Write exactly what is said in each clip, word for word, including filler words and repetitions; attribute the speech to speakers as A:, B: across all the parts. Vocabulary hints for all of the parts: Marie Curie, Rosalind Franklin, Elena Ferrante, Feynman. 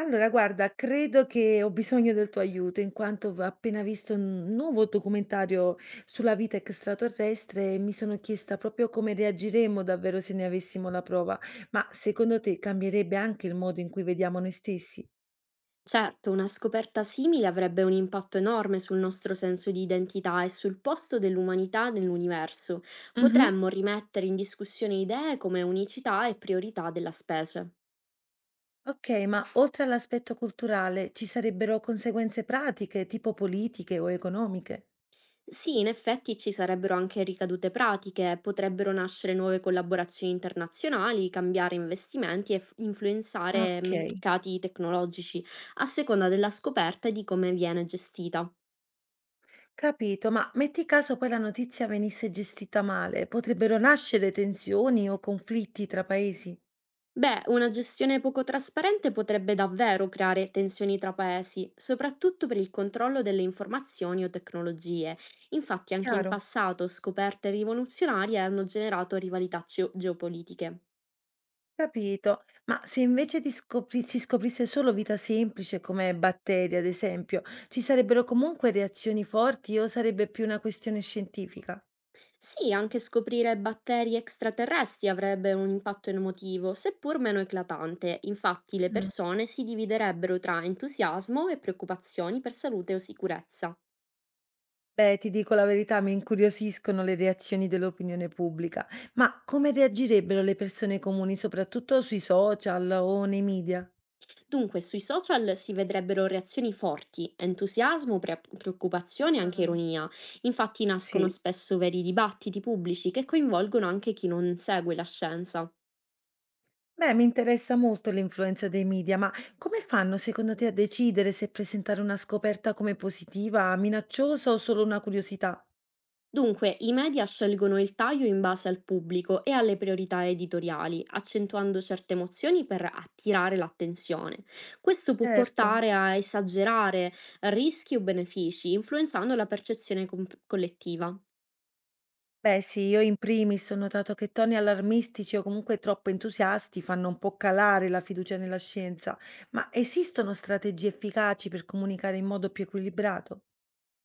A: Allora guarda, credo che ho bisogno del tuo aiuto in quanto v ho appena visto un nuovo documentario sulla vita extraterrestre e mi sono chiesta proprio come reagiremmo davvero se ne avessimo la prova. Ma secondo te cambierebbe anche il modo in cui vediamo noi stessi?
B: Certo, una scoperta simile avrebbe un impatto enorme sul nostro senso di identità e sul posto dell'umanità nell'universo.
A: Mhm.
B: Potremmo rimettere in discussione idee come unicità e priorità della specie.
A: Ok, ma oltre all'aspetto culturale ci sarebbero conseguenze pratiche, tipo politiche o economiche?
B: Sì, in effetti ci sarebbero anche ricadute pratiche, potrebbero nascere nuove collaborazioni internazionali, cambiare investimenti e f- influenzare
A: Ok.
B: mercati tecnologici, a seconda della scoperta e di come viene gestita.
A: Capito, ma metti caso poi la notizia venisse gestita male, potrebbero nascere tensioni o conflitti tra paesi.
B: Beh, una gestione poco trasparente potrebbe davvero creare tensioni tra paesi, soprattutto per il controllo delle informazioni o tecnologie. Infatti, anche in
A: Chiaro,
B: passato scoperte rivoluzionarie hanno generato rivalità geo- geopolitiche.
A: capito. Ma se invece di scopri- si scoprisse solo vita semplice come batteri, ad esempio, ci sarebbero comunque reazioni forti o sarebbe più una questione scientifica?
B: Sì, anche scoprire batteri extraterrestri avrebbe un impatto emotivo, seppur meno eclatante. Infatti, le
A: Mm.
B: persone si dividerebbero tra entusiasmo e preoccupazioni per salute o sicurezza.
A: Beh, ti dico la verità, mi incuriosiscono le reazioni dell'opinione pubblica, ma come reagirebbero le persone comuni, soprattutto sui social o nei media?
B: Dunque, sui social si vedrebbero reazioni forti, entusiasmo, pre- preoccupazione e anche
A: Ah.
B: ironia. Infatti nascono
A: Sì.
B: Sì, spesso veri dibattiti pubblici che coinvolgono anche chi non segue la scienza.
A: Beh, mi interessa molto l'influenza dei media, ma come fanno secondo te a decidere se presentare una scoperta come positiva, minacciosa o solo una curiosità?
B: Dunque, i media scelgono il taglio in base al pubblico e alle priorità editoriali, accentuando certe emozioni per attirare l'attenzione. Questo può
A: Certo.
B: portare a esagerare rischi o benefici, influenzando la percezione com- collettiva.
A: Beh, sì, io in primis ho notato che toni allarmistici o comunque troppo entusiasti fanno un po' calare la fiducia nella scienza, ma esistono strategie efficaci per comunicare in modo più equilibrato?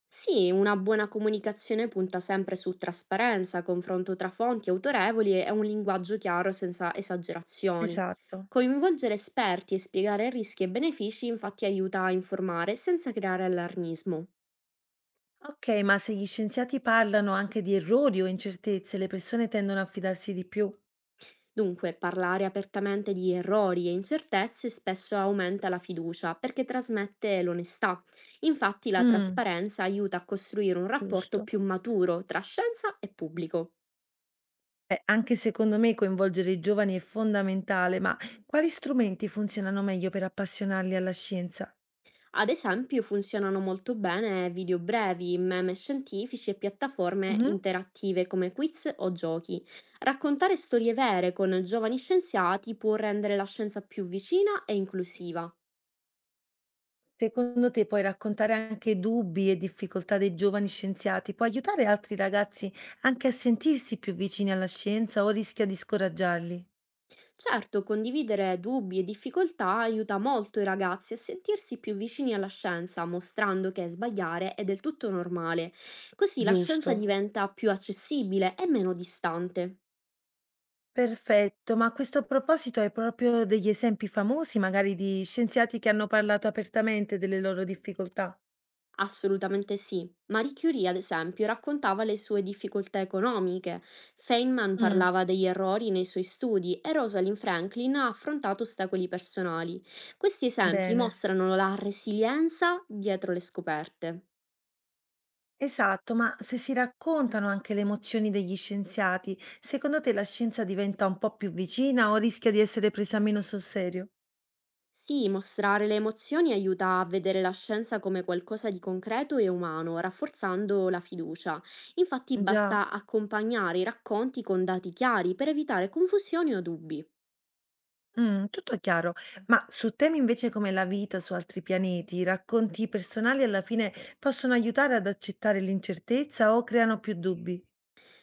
B: Sì, una buona comunicazione punta sempre su trasparenza, confronto tra fonti autorevoli e un linguaggio chiaro senza esagerazioni.
A: Esatto.
B: Coinvolgere esperti e spiegare rischi e benefici infatti aiuta a informare senza creare allarmismo.
A: Ok, ma se gli scienziati parlano anche di errori o incertezze, le persone tendono a fidarsi di più.
B: Dunque, parlare apertamente di errori e incertezze spesso aumenta la fiducia perché trasmette l'onestà. Infatti la
A: Mm,
B: trasparenza aiuta a costruire un rapporto
A: giusto.
B: più maturo tra scienza e pubblico.
A: Eh, anche secondo me coinvolgere i giovani è fondamentale, ma quali strumenti funzionano meglio per appassionarli alla scienza?
B: Ad esempio, funzionano molto bene video brevi, meme scientifici e piattaforme
A: Mhm.
B: interattive come quiz o giochi. Raccontare storie vere con giovani scienziati può rendere la scienza più vicina e inclusiva.
A: Secondo te puoi raccontare anche dubbi e difficoltà dei giovani scienziati? Può aiutare altri ragazzi anche a sentirsi più vicini alla scienza o rischia di scoraggiarli?
B: Certo, condividere dubbi e difficoltà aiuta molto i ragazzi a sentirsi più vicini alla scienza, mostrando che sbagliare è del tutto normale. Così la scienza
A: Giusto.
B: diventa più accessibile e meno distante.
A: Perfetto, ma a questo proposito hai proprio degli esempi famosi, magari di scienziati che hanno parlato apertamente delle loro difficoltà?
B: Assolutamente sì. Marie Curie, ad esempio, raccontava le sue difficoltà economiche, Feynman
A: Mm.
B: parlava degli errori nei suoi studi e Rosalind Franklin ha affrontato ostacoli personali. Questi esempi
A: Bene.
B: mostrano la resilienza dietro le scoperte.
A: Esatto, ma se si raccontano anche le emozioni degli scienziati, secondo te la scienza diventa un po' più vicina o rischia di essere presa meno sul serio?
B: Sì, mostrare le emozioni aiuta a vedere la scienza come qualcosa di concreto e umano, rafforzando la fiducia. Infatti
A: Già,
B: basta accompagnare i racconti con dati chiari per evitare confusioni o dubbi.
A: mm, tutto chiaro, ma su temi invece come la vita su altri pianeti, i racconti personali alla fine possono aiutare ad accettare l'incertezza o creano più dubbi?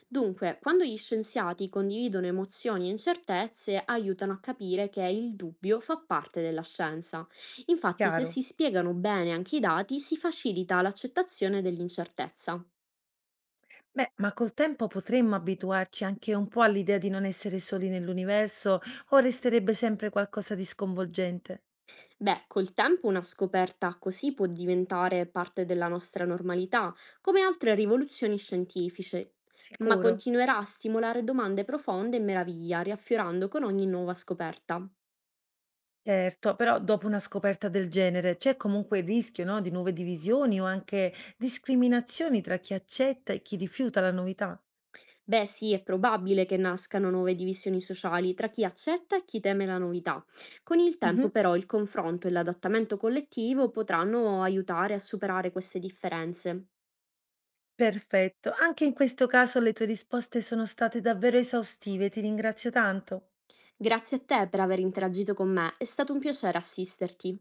B: Dunque, quando gli scienziati condividono emozioni e incertezze, aiutano a capire che il dubbio fa parte della scienza. Infatti, se
A: Chiaro.
B: si spiegano bene anche i dati, si facilita l'accettazione dell'incertezza.
A: Beh, ma col tempo potremmo abituarci anche un po' all'idea di non essere soli nell'universo o resterebbe sempre qualcosa di sconvolgente?
B: Beh, col tempo una scoperta così può diventare parte della nostra normalità, come altre rivoluzioni scientifiche, ma
A: Sicuro.
B: continuerà a stimolare domande profonde e meraviglia, riaffiorando con ogni nuova scoperta.
A: Certo, però dopo una scoperta del genere c'è comunque il rischio, no, di nuove divisioni o anche discriminazioni tra chi accetta e chi rifiuta la novità.
B: Beh, sì, è probabile che nascano nuove divisioni sociali tra chi accetta e chi teme la novità. Con il
A: Mhm.
B: tempo, però, il confronto e l'adattamento collettivo potranno aiutare a superare queste differenze.
A: Perfetto, anche in questo caso le tue risposte sono state davvero esaustive, ti ringrazio tanto.
B: Grazie a te per aver interagito con me, è stato un piacere assisterti.